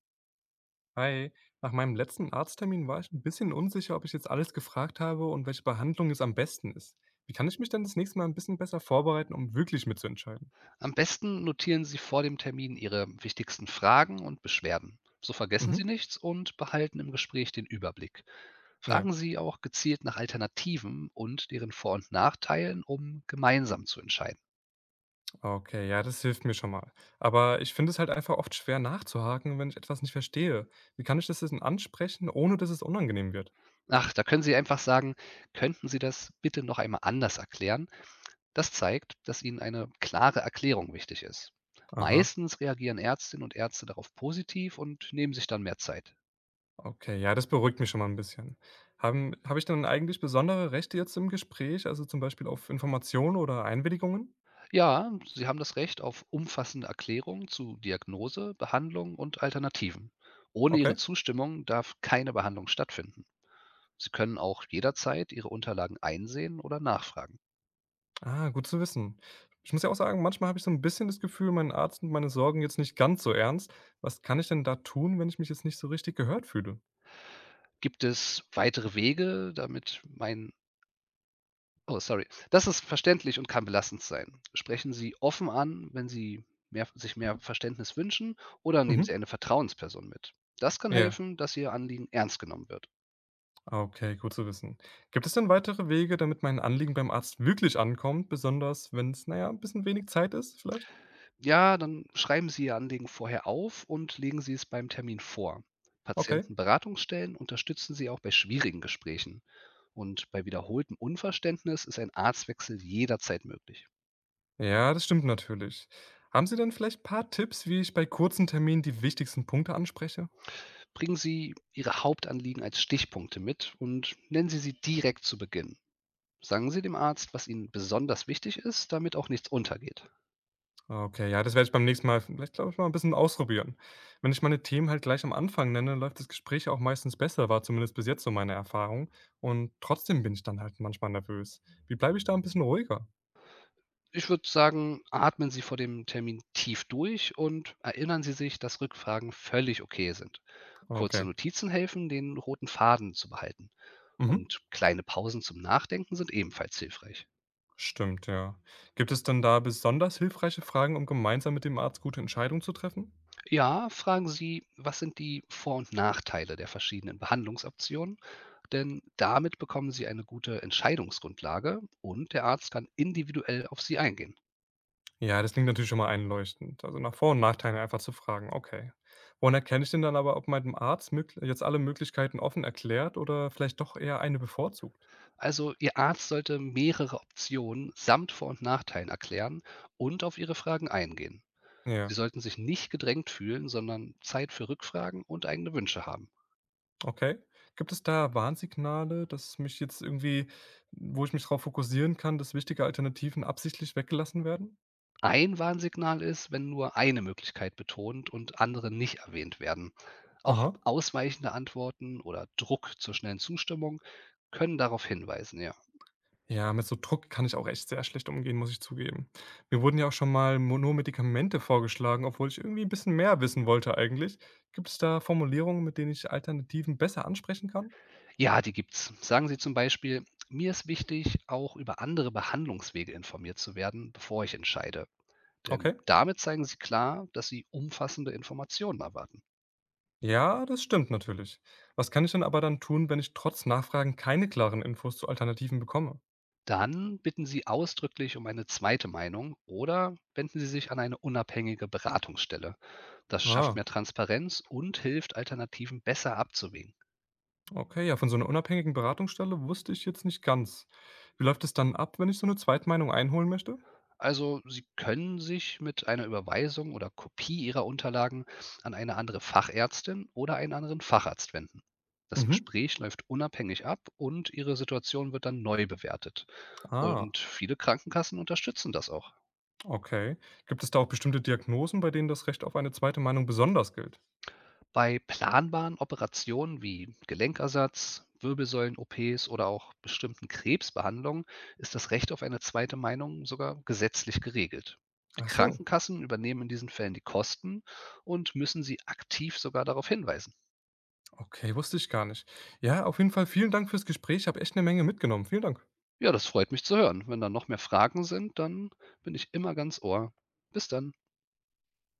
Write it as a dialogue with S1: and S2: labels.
S1: Hi, nach meinem letzten Arzttermin war ich ein bisschen unsicher, ob ich jetzt alles gefragt habe und welche Behandlung jetzt am besten ist. Wie kann ich mich denn das nächste Mal ein bisschen besser vorbereiten, um wirklich mitzuentscheiden?
S2: Am besten notieren Sie vor dem Termin Ihre wichtigsten Fragen und Beschwerden. So vergessen Sie
S1: Mhm.
S2: nichts und behalten im Gespräch den Überblick.
S1: Ja,
S2: Fragen Sie auch gezielt nach Alternativen und deren Vor- und Nachteilen, um gemeinsam zu entscheiden.
S1: okay, ja, das hilft mir schon mal. Aber ich finde es halt einfach oft schwer nachzuhaken, wenn ich etwas nicht verstehe. Wie kann ich das denn ansprechen, ohne dass es unangenehm wird?
S2: Ach, da können Sie einfach sagen, könnten Sie das bitte noch einmal anders erklären? Das zeigt, dass Ihnen eine klare Erklärung wichtig ist.
S1: Aha,
S2: Meistens reagieren Ärztinnen und Ärzte darauf positiv und nehmen sich dann mehr Zeit.
S1: okay, ja, das beruhigt mich schon mal ein bisschen. Habe ich dann eigentlich besondere Rechte jetzt im Gespräch, also zum Beispiel auf Informationen oder Einwilligungen?
S2: Ja, Sie haben das Recht auf umfassende Erklärungen zu Diagnose, Behandlung und Alternativen. Ohne
S1: Okay.
S2: Ihre Zustimmung darf keine Behandlung stattfinden. Sie können auch jederzeit Ihre Unterlagen einsehen oder nachfragen.
S1: Ah, gut zu wissen. Ich muss ja auch sagen, manchmal habe ich so ein bisschen das Gefühl, mein Arzt nimmt meine Sorgen jetzt nicht ganz so ernst. Was kann ich denn da tun, wenn ich mich jetzt nicht so richtig gehört fühle?
S2: Gibt es weitere Wege, damit mein Oh, sorry. Das ist verständlich und kann belastend sein. Sprechen Sie offen an, wenn Sie sich mehr Verständnis wünschen, oder nehmen
S1: Mhm.
S2: Sie eine Vertrauensperson mit. Das kann
S1: Ja.
S2: helfen, dass Ihr Anliegen ernst genommen wird.
S1: Ah, okay, gut zu wissen. Gibt es denn weitere Wege, damit mein Anliegen beim Arzt wirklich ankommt, besonders wenn es, naja, ein bisschen wenig Zeit ist vielleicht?
S2: Ja, dann schreiben Sie Ihr Anliegen vorher auf und legen Sie es beim Termin vor.
S1: Okay.
S2: Patientenberatungsstellen unterstützen Sie auch bei schwierigen Gesprächen. Und bei wiederholtem Unverständnis ist ein Arztwechsel jederzeit möglich.
S1: Ja, das stimmt natürlich. Haben Sie denn vielleicht ein paar Tipps, wie ich bei kurzen Terminen die wichtigsten Punkte anspreche?
S2: Bringen Sie Ihre Hauptanliegen als Stichpunkte mit und nennen Sie sie direkt zu Beginn. Sagen Sie dem Arzt, was Ihnen besonders wichtig ist, damit auch nichts untergeht.
S1: Okay, ja, das werde ich beim nächsten Mal vielleicht, glaube ich, mal ein bisschen ausprobieren. Wenn ich meine Themen halt gleich am Anfang nenne, läuft das Gespräch auch meistens besser, war zumindest bis jetzt so meine Erfahrung. Und trotzdem bin ich dann halt manchmal nervös. Wie bleibe ich da ein bisschen ruhiger?
S2: Ich würde sagen, atmen Sie vor dem Termin tief durch und erinnern Sie sich, dass Rückfragen völlig okay sind. Kurze
S1: Okay.
S2: Notizen helfen, den roten Faden zu behalten.
S1: Mhm.
S2: Und kleine Pausen zum Nachdenken sind ebenfalls hilfreich.
S1: Stimmt, ja. Gibt es denn da besonders hilfreiche Fragen, um gemeinsam mit dem Arzt gute Entscheidungen zu treffen?
S2: Ja, fragen Sie, was sind die Vor- und Nachteile der verschiedenen Behandlungsoptionen? Denn damit bekommen Sie eine gute Entscheidungsgrundlage und der Arzt kann individuell auf Sie eingehen.
S1: Ja, das klingt natürlich schon mal einleuchtend. Also, nach Vor und Nachteilen einfach zu fragen, okay. Woran erkenne ich denn dann aber, ob meinem Arzt mögl jetzt alle Möglichkeiten offen erklärt oder vielleicht doch eher eine bevorzugt?
S2: Also Ihr Arzt sollte mehrere Optionen samt Vor- und Nachteilen erklären und auf Ihre Fragen eingehen.
S1: Ja.
S2: Sie sollten sich nicht gedrängt fühlen, sondern Zeit für Rückfragen und eigene Wünsche haben.
S1: Okay. Gibt es da Warnsignale, dass mich jetzt irgendwie, wo ich mich darauf fokussieren kann, dass wichtige Alternativen absichtlich weggelassen werden?
S2: Ein Warnsignal ist, wenn nur eine Möglichkeit betont und andere nicht erwähnt werden. Auch
S1: Aha.
S2: ausweichende Antworten oder Druck zur schnellen Zustimmung können darauf hinweisen, ja.
S1: Ja, mit so Druck kann ich auch echt sehr schlecht umgehen, muss ich zugeben. Mir wurden ja auch schon mal mo nur Medikamente vorgeschlagen, obwohl ich irgendwie ein bisschen mehr wissen wollte eigentlich. Gibt es da Formulierungen, mit denen ich Alternativen besser ansprechen kann?
S2: Ja, die gibt's. Sagen Sie zum Beispiel, mir ist wichtig, auch über andere Behandlungswege informiert zu werden, bevor ich entscheide. Denn
S1: Okay.
S2: damit zeigen Sie klar, dass Sie umfassende Informationen erwarten.
S1: Ja, das stimmt natürlich. Was kann ich denn aber dann tun, wenn ich trotz Nachfragen keine klaren Infos zu Alternativen bekomme?
S2: Dann bitten Sie ausdrücklich um eine zweite Meinung oder wenden Sie sich an eine unabhängige Beratungsstelle. Das schafft
S1: Ah.
S2: mehr Transparenz und hilft, Alternativen besser abzuwägen.
S1: Okay, ja, von so einer unabhängigen Beratungsstelle wusste ich jetzt nicht ganz. Wie läuft es dann ab, wenn ich so eine Zweitmeinung einholen möchte?
S2: Also Sie können sich mit einer Überweisung oder Kopie Ihrer Unterlagen an eine andere Fachärztin oder einen anderen Facharzt wenden. Das
S1: Mhm.
S2: Gespräch läuft unabhängig ab und Ihre Situation wird dann neu bewertet.
S1: Ah,
S2: Und viele Krankenkassen unterstützen das auch.
S1: okay. Gibt es da auch bestimmte Diagnosen, bei denen das Recht auf eine zweite Meinung besonders gilt?
S2: Bei planbaren Operationen wie Gelenkersatz, Wirbelsäulen-OPs oder auch bestimmten Krebsbehandlungen ist das Recht auf eine zweite Meinung sogar gesetzlich geregelt. Die
S1: Ach so,
S2: Krankenkassen übernehmen in diesen Fällen die Kosten und müssen sie aktiv sogar darauf hinweisen.
S1: okay, wusste ich gar nicht. Ja, auf jeden Fall vielen Dank fürs Gespräch. Ich habe echt eine Menge mitgenommen. Vielen Dank.
S2: Ja, das freut mich zu hören. Wenn da noch mehr Fragen sind, dann bin ich immer ganz Ohr. Bis dann.